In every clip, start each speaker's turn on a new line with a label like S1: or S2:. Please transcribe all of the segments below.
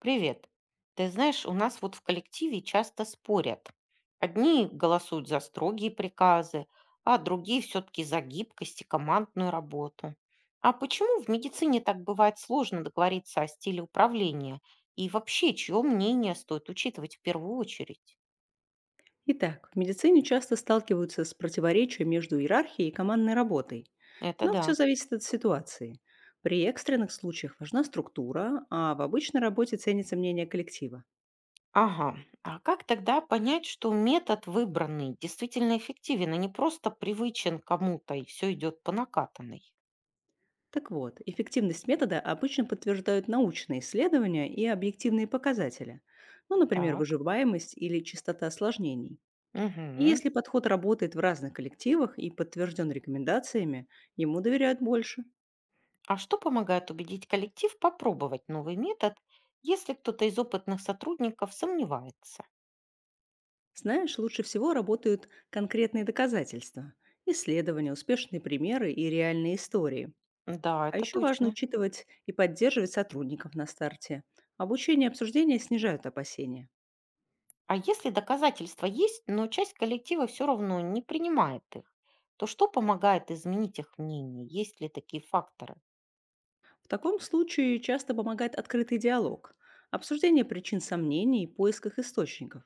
S1: Привет. Ты знаешь, у нас вот в коллективе часто спорят. Одни голосуют за строгие приказы, а другие все-таки за гибкость и командную работу. А почему в медицине так бывает сложно договориться о стиле управления? И вообще, чье мнение стоит учитывать в первую очередь?
S2: Итак, в медицине часто сталкиваются с противоречием между иерархией и командной работой,
S1: Это
S2: но все
S1: да.
S2: зависит от ситуации. При экстренных случаях важна структура, а в обычной работе ценится мнение коллектива.
S1: Ага. А как тогда понять, что метод выбранный действительно эффективен, а не просто привычен кому-то и все идет по накатанной?
S2: Так вот, эффективность метода обычно подтверждают научные исследования и объективные показатели, ну, например,
S1: Так.
S2: выживаемость или частота осложнений. И
S1: Угу.
S2: если подход работает в разных коллективах и подтвержден рекомендациями, ему доверяют больше.
S1: А что помогает убедить коллектив попробовать новый метод, если кто-то из опытных сотрудников сомневается?
S2: Знаешь, лучше всего работают конкретные доказательства, исследования, успешные примеры и реальные истории.
S1: Да,
S2: А
S1: это
S2: еще важно
S1: точно.
S2: учитывать и поддерживать сотрудников на старте. Обучение и обсуждение снижают опасения.
S1: А если доказательства есть, но часть коллектива все равно не принимает их, то что помогает изменить их мнение? Есть ли такие факторы?
S2: В таком случае часто помогает открытый диалог, обсуждение причин сомнений и поиск их источников.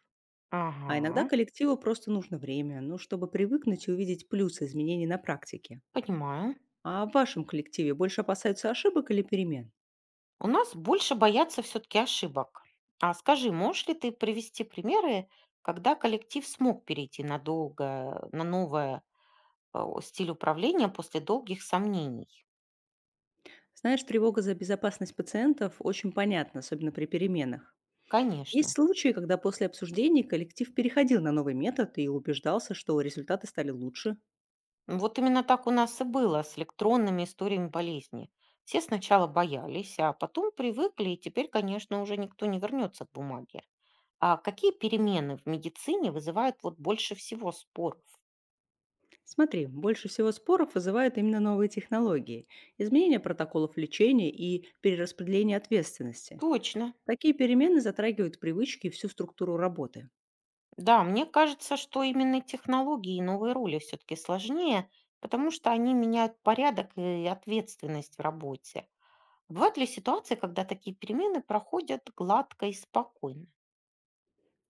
S2: А иногда
S1: Ага,
S2: коллективу просто нужно время, ну, чтобы привыкнуть и увидеть плюсы изменений на практике.
S1: понимаю.
S2: А в вашем коллективе больше опасаются ошибок или перемен?
S1: У нас больше боятся все-таки ошибок. А скажи, можешь ли ты привести примеры, когда коллектив смог перейти надолго на новое стиль управления после долгих сомнений.
S2: Знаешь, тревога за безопасность пациентов очень понятна, особенно при переменах. Есть
S1: Конечно.
S2: случаи, когда после обсуждений коллектив переходил на новый метод и убеждался, что результаты стали лучше.
S1: Ну, вот именно так у нас и было с электронными историями болезни. Все сначала боялись, а потом привыкли, и теперь, конечно, уже никто не вернется к бумаге. А какие перемены в медицине вызывают вот больше всего споров?
S2: Смотри, больше всего споров вызывают именно новые технологии, изменение протоколов лечения и перераспределение ответственности.
S1: Точно.
S2: Такие перемены затрагивают привычки и всю структуру работы.
S1: Да, мне кажется, что именно технологии и новые роли все-таки сложнее, потому что они меняют порядок и ответственность в работе. Бывают ли ситуации, когда такие перемены проходят гладко и спокойно?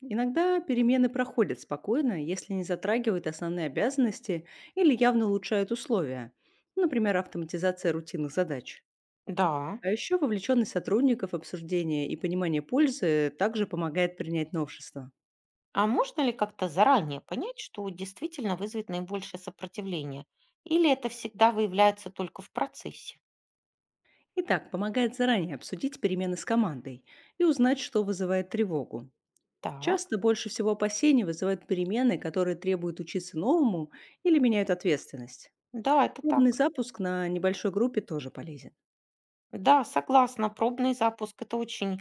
S2: Иногда перемены проходят спокойно, если не затрагивают основные обязанности или явно улучшают условия, например, автоматизация рутинных задач.
S1: Да.
S2: А еще вовлеченность сотрудников, обсуждение и понимание пользы также помогает принять новшество.
S1: А можно ли как-то заранее понять, что действительно вызовет наибольшее сопротивление? Или это всегда выявляется только в процессе?
S2: Итак, помогает заранее обсудить перемены с командой и узнать, что вызывает тревогу.
S1: Так.
S2: Часто больше всего опасений вызывают перемены, которые требуют учиться новому или меняют ответственность.
S1: Да, это
S2: Пробный
S1: так.
S2: запуск на небольшой группе тоже полезен.
S1: Да, согласна, пробный запуск — это очень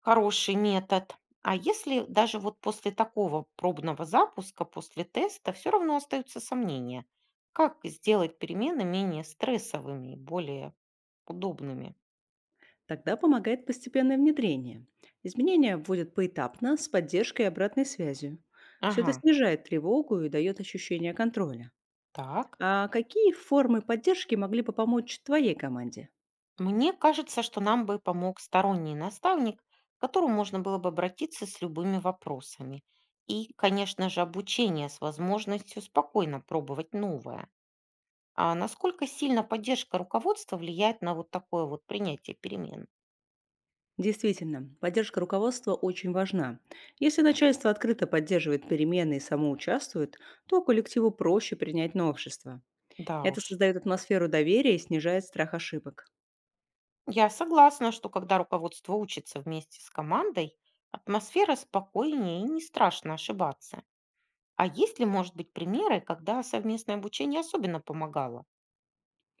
S1: хороший метод. А если даже вот после такого пробного запуска, после теста, все равно остаются сомнения, как сделать перемены менее стрессовыми и более удобными?
S2: Тогда помогает постепенное внедрение. Изменения вводят поэтапно с поддержкой и обратной связью. Все
S1: Ага,
S2: это снижает тревогу и дает ощущение контроля.
S1: так.
S2: А какие формы поддержки могли бы помочь твоей команде?
S1: Мне кажется, что нам бы помог сторонний наставник, к которому можно было бы обратиться с любыми вопросами. И, конечно же, обучение с возможностью спокойно пробовать новое. А насколько сильно поддержка руководства влияет на вот такое вот принятие перемен?
S2: Действительно, поддержка руководства очень важна. Если начальство открыто поддерживает перемены и само участвует, то коллективу проще принять новшества.
S1: Да
S2: Это
S1: уж.
S2: создает атмосферу доверия и снижает страх ошибок.
S1: Я согласна, что когда руководство учится вместе с командой, атмосфера спокойнее и не страшно ошибаться. А есть ли, может быть, примеры, когда совместное обучение особенно помогало?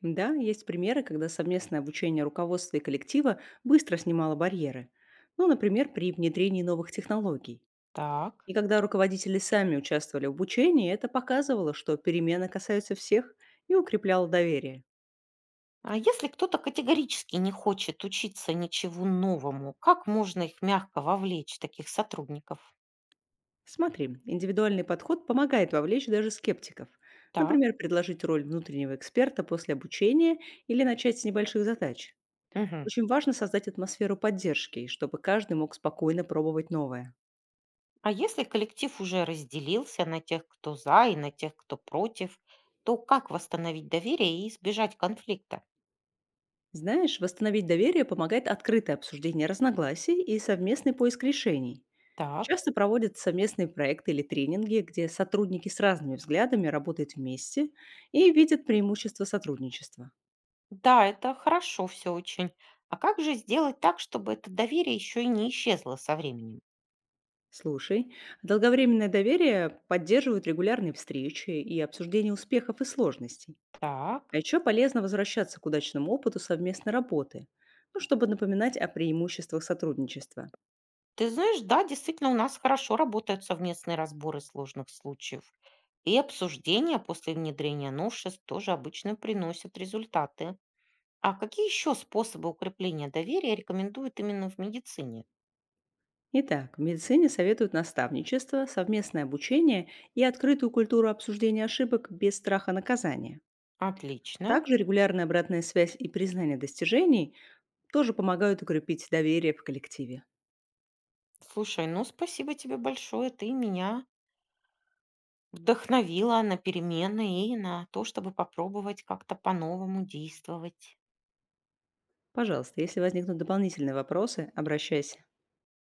S2: Да, есть примеры, когда совместное обучение руководства и коллектива быстро снимало барьеры. Ну, например, при внедрении новых технологий.
S1: Так.
S2: И когда руководители сами участвовали в обучении, это показывало, что перемены касаются всех и укрепляло доверие.
S1: А если кто-то категорически не хочет учиться ничего новому, как можно их мягко вовлечь, таких сотрудников?
S2: Смотри, индивидуальный подход помогает вовлечь даже скептиков.
S1: Так.
S2: Например, предложить роль внутреннего эксперта после обучения или начать с небольших задач.
S1: Мгм.
S2: Очень важно создать атмосферу поддержки, и чтобы каждый мог спокойно пробовать новое.
S1: А если коллектив уже разделился на тех, кто за и на тех, кто против, то как восстановить доверие и избежать конфликта?
S2: Знаешь, восстановить доверие помогает открытое обсуждение разногласий и совместный поиск решений.
S1: Так.
S2: Часто проводят совместные проекты или тренинги, где сотрудники с разными взглядами работают вместе и видят преимущества сотрудничества.
S1: Да, это хорошо все очень. А как же сделать так, чтобы это доверие еще и не исчезло со временем?
S2: Слушай, долговременное доверие поддерживают регулярные встречи и обсуждение успехов и сложностей.
S1: Так.
S2: А еще полезно возвращаться к удачному опыту совместной работы, ну, чтобы напоминать о преимуществах сотрудничества.
S1: Ты знаешь, да, действительно, у нас хорошо работают совместные разборы сложных случаев. И обсуждения после внедрения новшеств тоже обычно приносят результаты. А какие еще способы укрепления доверия рекомендуют именно в медицине?
S2: Итак, в медицине советуют наставничество, совместное обучение и открытую культуру обсуждения ошибок без страха наказания.
S1: Отлично.
S2: Также регулярная обратная связь и признание достижений тоже помогают укрепить доверие в коллективе.
S1: Слушай, ну спасибо тебе большое. Ты меня вдохновила на перемены и на то, чтобы попробовать как-то по-новому действовать.
S2: Пожалуйста, если возникнут дополнительные вопросы, обращайся.